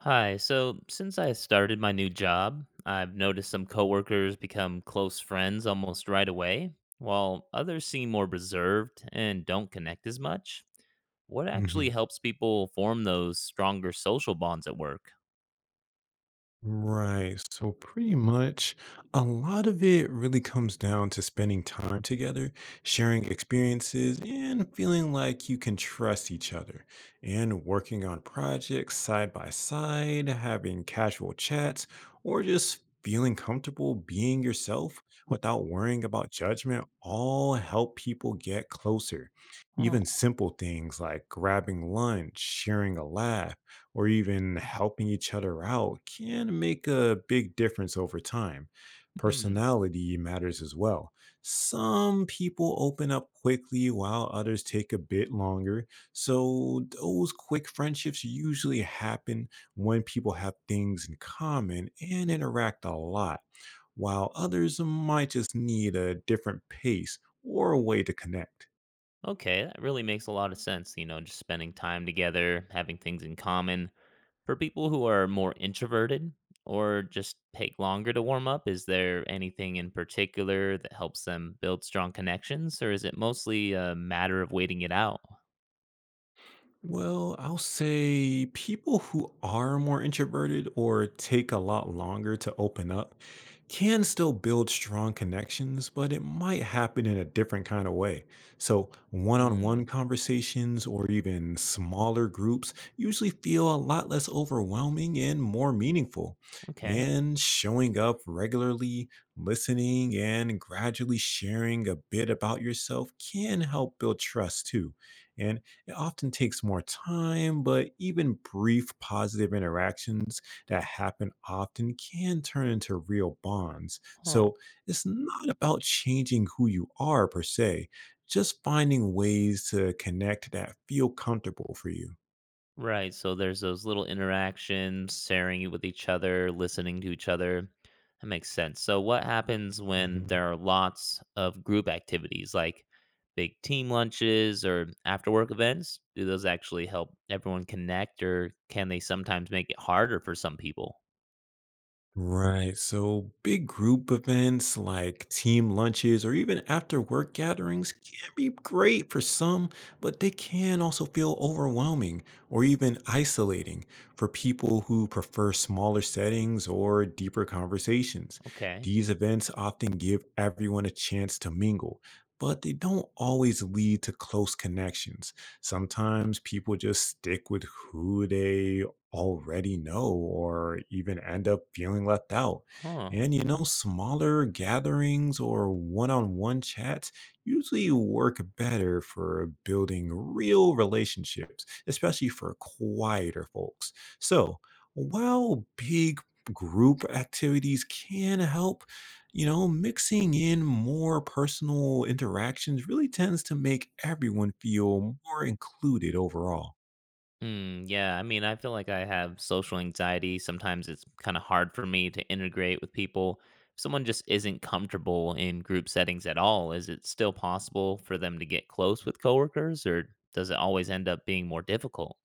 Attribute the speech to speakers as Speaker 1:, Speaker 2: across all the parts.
Speaker 1: Hi. So, since I started my new job, I've noticed some coworkers become close friends almost right away, while others seem more reserved and don't connect as much. What actually
Speaker 2: Mhm.
Speaker 1: helps people form those stronger social bonds at work?
Speaker 2: Right. So pretty much a lot of it really comes down to spending time together, sharing experiences, and feeling like you can trust each other. And working on projects side by side, having casual chats, or just feeling comfortable being yourself without worrying about judgment all help people get closer. Even
Speaker 1: Oh,
Speaker 2: simple things like grabbing lunch, sharing a laugh or even helping each other out can make a big difference over time.
Speaker 1: hmm.
Speaker 2: Personality matters as well. Some people open up quickly while others take a bit longer. So, those quick friendships usually happen when people have things in common and interact a lot, while others might just need a different pace or a way to connect.
Speaker 1: Okay, that really makes a lot of sense. Just spending time together, having things in common. For people who are more introverted or just take longer to warm up, is there anything in particular that helps them build strong connections, or is it mostly a matter of waiting it out?
Speaker 2: Well, I'll say people who are more introverted or take a lot longer to open up can still build strong connections, but it might happen in a different kind of way. So, one on one
Speaker 1: Hmm.
Speaker 2: conversations or even smaller groups usually feel a lot less overwhelming and more meaningful.
Speaker 1: Okay.
Speaker 2: And showing up regularly, listening, and gradually sharing a bit about yourself can help build trust too. And it often takes more time, but even brief positive interactions that happen often can turn into real bonds.
Speaker 1: Huh.
Speaker 2: So it's not about changing who you are per se, just finding ways to connect that feel comfortable for you.
Speaker 1: Right. So there's those little interactions, sharing it with each other, listening to each other. That makes sense. So what happens when
Speaker 2: Mhm.
Speaker 1: there are lots of group activities like big team lunches or after work events? Do those actually help everyone connect or can they sometimes make it harder for some people?
Speaker 2: Right. So big group events like team lunches or even after work gatherings can be great for some, but they can also feel overwhelming or even isolating for people who prefer smaller settings or deeper conversations.
Speaker 1: Okay.
Speaker 2: These events often give everyone a chance to mingle, but they don't always lead to close connections. Sometimes people just stick with who they already know or even end up feeling left out.
Speaker 1: Huh.
Speaker 2: And you know, smaller gatherings or one on one chats usually work better for building real relationships, especially for quieter folks. So while big group activities can help, you know, mixing in more personal interactions really tends to make everyone feel more included overall.
Speaker 1: Mm, yeah, I mean, I feel like I have social anxiety. Sometimes it's kind of hard for me to integrate with people. If someone just isn't comfortable in group settings at all, is it still possible for them to get close with coworkers or does it always end up being more difficult?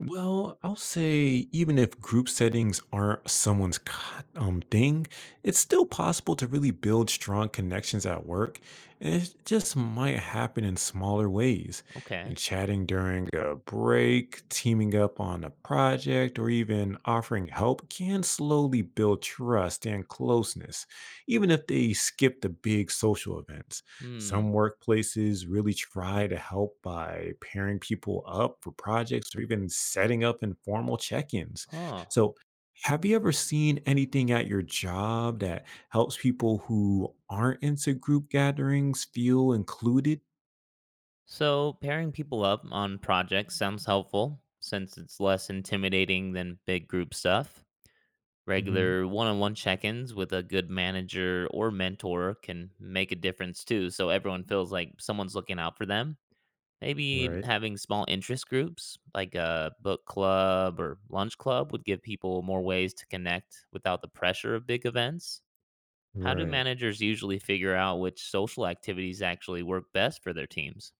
Speaker 2: Well, I'll say even if group settings aren't someone's thing, it's still possible to really build strong connections at work. And it just might happen in smaller ways. And
Speaker 1: Okay.
Speaker 2: chatting during a break, teaming up on a project, or even offering help can slowly build trust and closeness, even if they skip the big social events.
Speaker 1: Hmm.
Speaker 2: Some workplaces really try to help by pairing people up for projects or even setting up informal check ins.
Speaker 1: Huh.
Speaker 2: So, have you ever seen anything at your job that helps people who aren't into group gatherings feel included?
Speaker 1: So pairing people up on projects sounds helpful since it's less intimidating than big group stuff.
Speaker 2: Hmm.
Speaker 1: Regular one on one check ins with a good manager or mentor can make a difference too. So everyone feels like someone's looking out for them. Maybe
Speaker 2: Right,
Speaker 1: having small interest groups like a book club or lunch club would give people more ways to connect without the pressure of big events. How do
Speaker 2: right.
Speaker 1: managers usually figure out which social activities actually work best for their teams?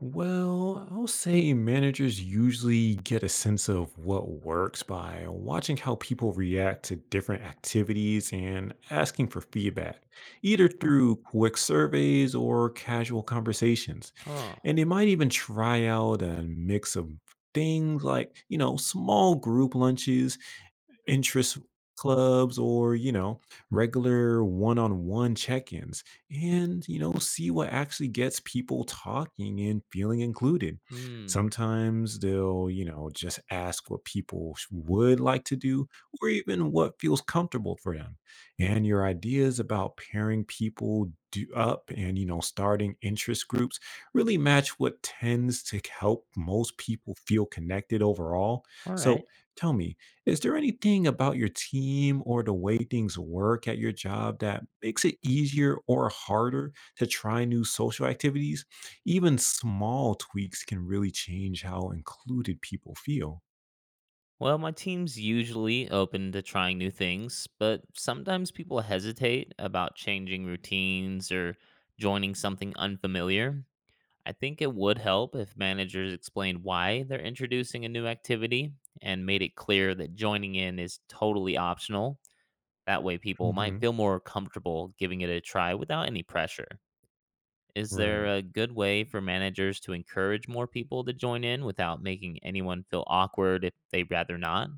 Speaker 2: Well, I'll say managers usually get a sense of what works by watching how people react to different activities and asking for feedback, either through quick surveys or casual conversations.
Speaker 1: Huh.
Speaker 2: And they might even try out a mix of things like, you know, small group lunches interest clubs or, you know, regular one on one check ins and, you know, see what actually gets people talking and feeling included.
Speaker 1: Hmm.
Speaker 2: Sometimes they'll, you know, just ask what people would like to do or even what feels comfortable for them. And your ideas about pairing people do up and, you know, starting interest groups really match what tends to help most people feel connected overall.
Speaker 1: All right.
Speaker 2: So tell me, is there anything about your team or the way things work at your job that makes it easier or harder to try new social activities? Even small tweaks can really change how included people feel.
Speaker 1: Well, my team's usually open to trying new things, but sometimes people hesitate about changing routines or joining something unfamiliar. I think it would help if managers explained why they're introducing a new activity and made it clear that joining in is totally optional. That way, people might
Speaker 2: Hmm.
Speaker 1: feel more comfortable giving it a try without any pressure. Is there
Speaker 2: Right.
Speaker 1: a good way for managers to encourage more people to join in without making anyone feel awkward if they'd rather not?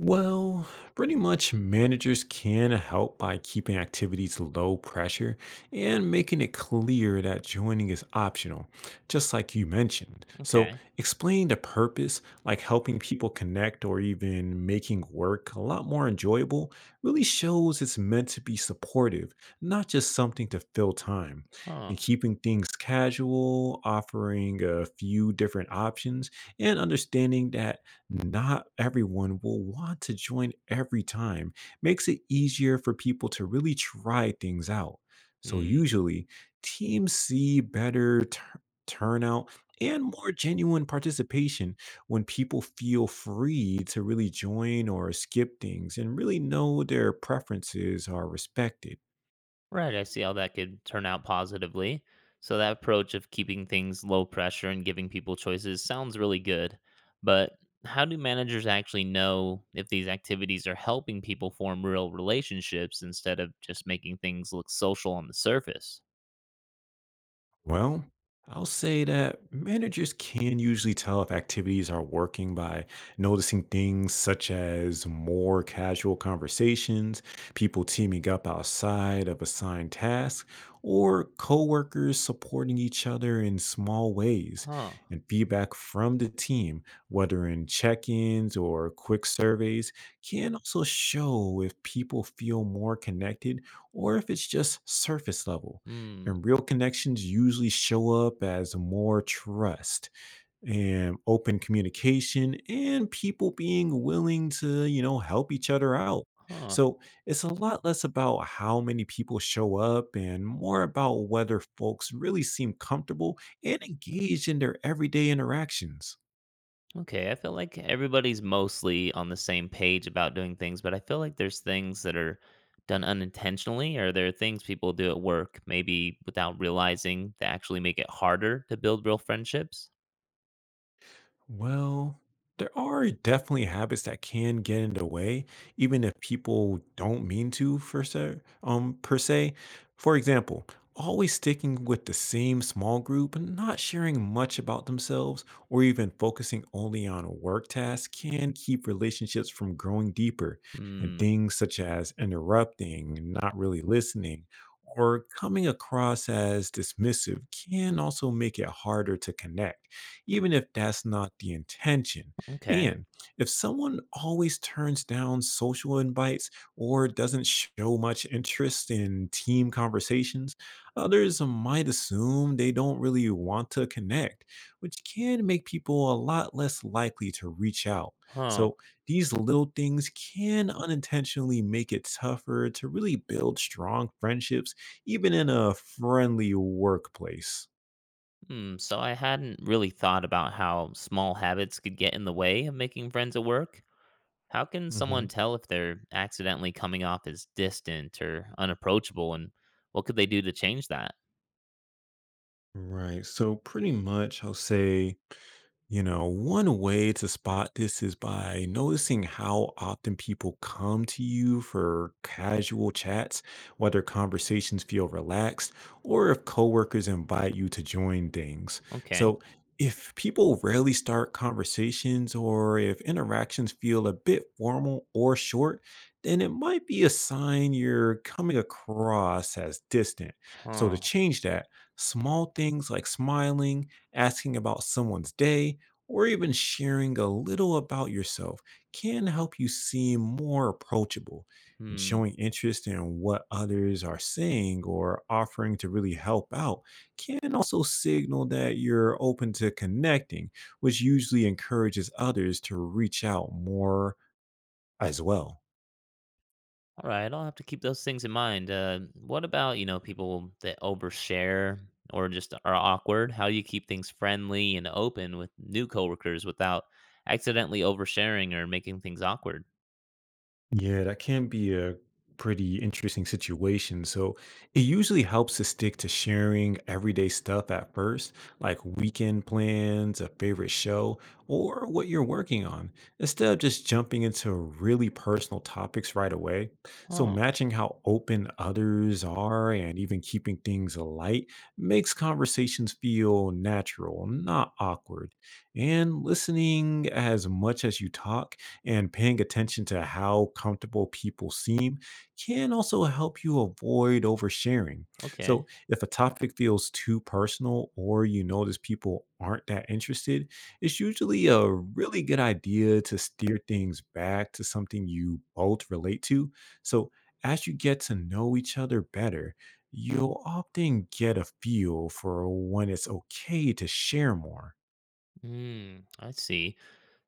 Speaker 2: Well, pretty much managers can help by keeping activities low pressure and making it clear that joining is optional, just like you mentioned. So,
Speaker 1: Okay.
Speaker 2: explain the purpose, like helping people connect or even making work a lot more enjoyable, really shows it's meant to be supportive, not just something to fill time.
Speaker 1: Huh.
Speaker 2: And keeping things casual, offering a few different options, and understanding that not everyone will want to join every time, makes it easier for people to really try things out. So,
Speaker 1: Mm.
Speaker 2: usually, teams see better turnout and more genuine participation when people feel free to really join or skip things and really know their preferences are respected.
Speaker 1: Right. I see how that could turn out positively. So, that approach of keeping things low pressure and giving people choices sounds really good. But how do managers actually know if these activities are helping people form real relationships instead of just making things look social on the surface?
Speaker 2: Well, I'll say that managers can usually tell if activities are working by noticing things such as more casual conversations, people teaming up outside of assigned tasks, or coworkers supporting each other in small ways.
Speaker 1: Huh.
Speaker 2: And feedback from the team, whether in check ins or quick surveys, can also show if people feel more connected or if it's just surface level.
Speaker 1: Hmm.
Speaker 2: And real connections usually show up as more trust and open communication and people being willing to, you know, help each other out.
Speaker 1: Huh.
Speaker 2: So it's a lot less about how many people show up and more about whether folks really seem comfortable and engaged in their everyday interactions.
Speaker 1: Okay, I feel like everybody's mostly on the same page about doing things, but I feel like there's things that are done unintentionally, or there are things people do at work, maybe without realizing, that actually make it harder to build real friendships.
Speaker 2: Well, there are definitely habits that can get in the way, even if people don't mean to per se. For example, always sticking with the same small group and not sharing much about themselves or even focusing only on a work task can keep relationships from growing deeper. And
Speaker 1: Hmm.
Speaker 2: things such as interrupting, not really listening, or coming across as dismissive can also make it harder to connect even if that's not the intention.
Speaker 1: Okay.
Speaker 2: And if someone always turns down social invites or doesn't show much interest in team conversations, others might assume they don't really want to connect, which can make people a lot less likely to reach out.
Speaker 1: Huh.
Speaker 2: So, these little things can unintentionally make it tougher to really build strong friendships, even in a friendly workplace.
Speaker 1: Hmm. So I hadn't really thought about how small habits could get in the way of making friends at work. How can someone
Speaker 2: Mm-hmm.
Speaker 1: tell if they're accidentally coming off as distant or unapproachable, and what could they do to change that?
Speaker 2: Right. So pretty much I'll say you know, one way to spot this is by noticing how often people come to you for casual chats, whether conversations feel relaxed or if coworkers invite you to join things.
Speaker 1: Okay.
Speaker 2: So, if people rarely start conversations or if interactions feel a bit formal or short, then it might be a sign you're coming across as distant. So, to
Speaker 1: Huh.
Speaker 2: change that, small things like smiling, asking about someone's day, or even sharing a little about yourself can help you seem more approachable. And
Speaker 1: Hmm.
Speaker 2: showing interest in what others are saying or offering to really help out can also signal that you're open to connecting, which usually encourages others to reach out more as well.
Speaker 1: All right, I'll have to keep those things in mind. What about, people that overshare or just are awkward? How do you keep things friendly and open with new coworkers without accidentally oversharing or making things awkward?
Speaker 2: Yeah, that can be a pretty interesting situation. So it usually helps to stick to sharing everyday stuff at first, like weekend plans, a favorite show, or what you're working on, instead of just jumping into really personal topics right away. So
Speaker 1: Oh,
Speaker 2: matching how open others are and even keeping things light makes conversations feel natural, not awkward. And listening as much as you talk and paying attention to how comfortable people seem can also help you avoid oversharing.
Speaker 1: okay.
Speaker 2: So, if a topic feels too personal or you notice people aren't that interested, it's usually a really good idea to steer things back to something you both relate to. So, as you get to know each other better, you'll often get a feel for when it's okay to share more.
Speaker 1: Mm, I see.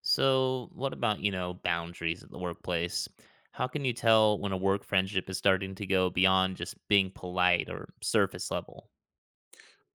Speaker 1: So, what about, boundaries at the workplace? How can you tell when a work friendship is starting to go beyond just being polite or surface level?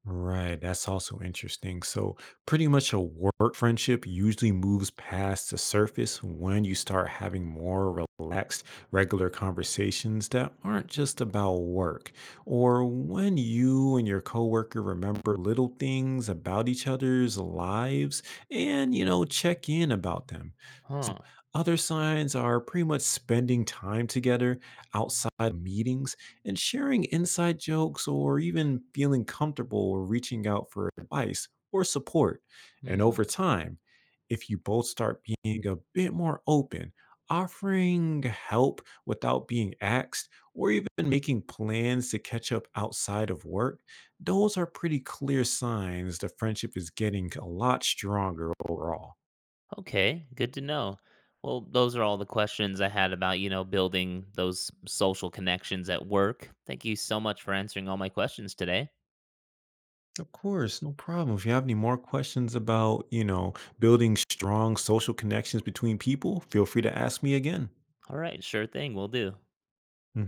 Speaker 2: Right. That's also interesting. So, pretty much a work friendship usually moves past the surface when you start having more relaxed, regular conversations that aren't just about work, or when you and your coworker remember little things about each other's lives and, you know, check in about them. So,
Speaker 1: Huh.
Speaker 2: other signs are pretty much spending time together outside of meetings and sharing inside jokes or even feeling comfortable or reaching out for advice or support. And over
Speaker 1: Hmm.
Speaker 2: time, if you both start being a bit more open, offering help without being asked, or even making plans to catch up outside of work, those are pretty clear signs the friendship is getting a lot stronger overall.
Speaker 1: Okay, good to know. Well, those are all the questions I had about, building those social connections at work. Thank you so much for answering all my questions today.
Speaker 2: Of course, no problem. If you have any more questions about, you know, building strong social connections between people, feel free to ask me again.
Speaker 1: All right, sure thing, we'll do.
Speaker 2: Hmm.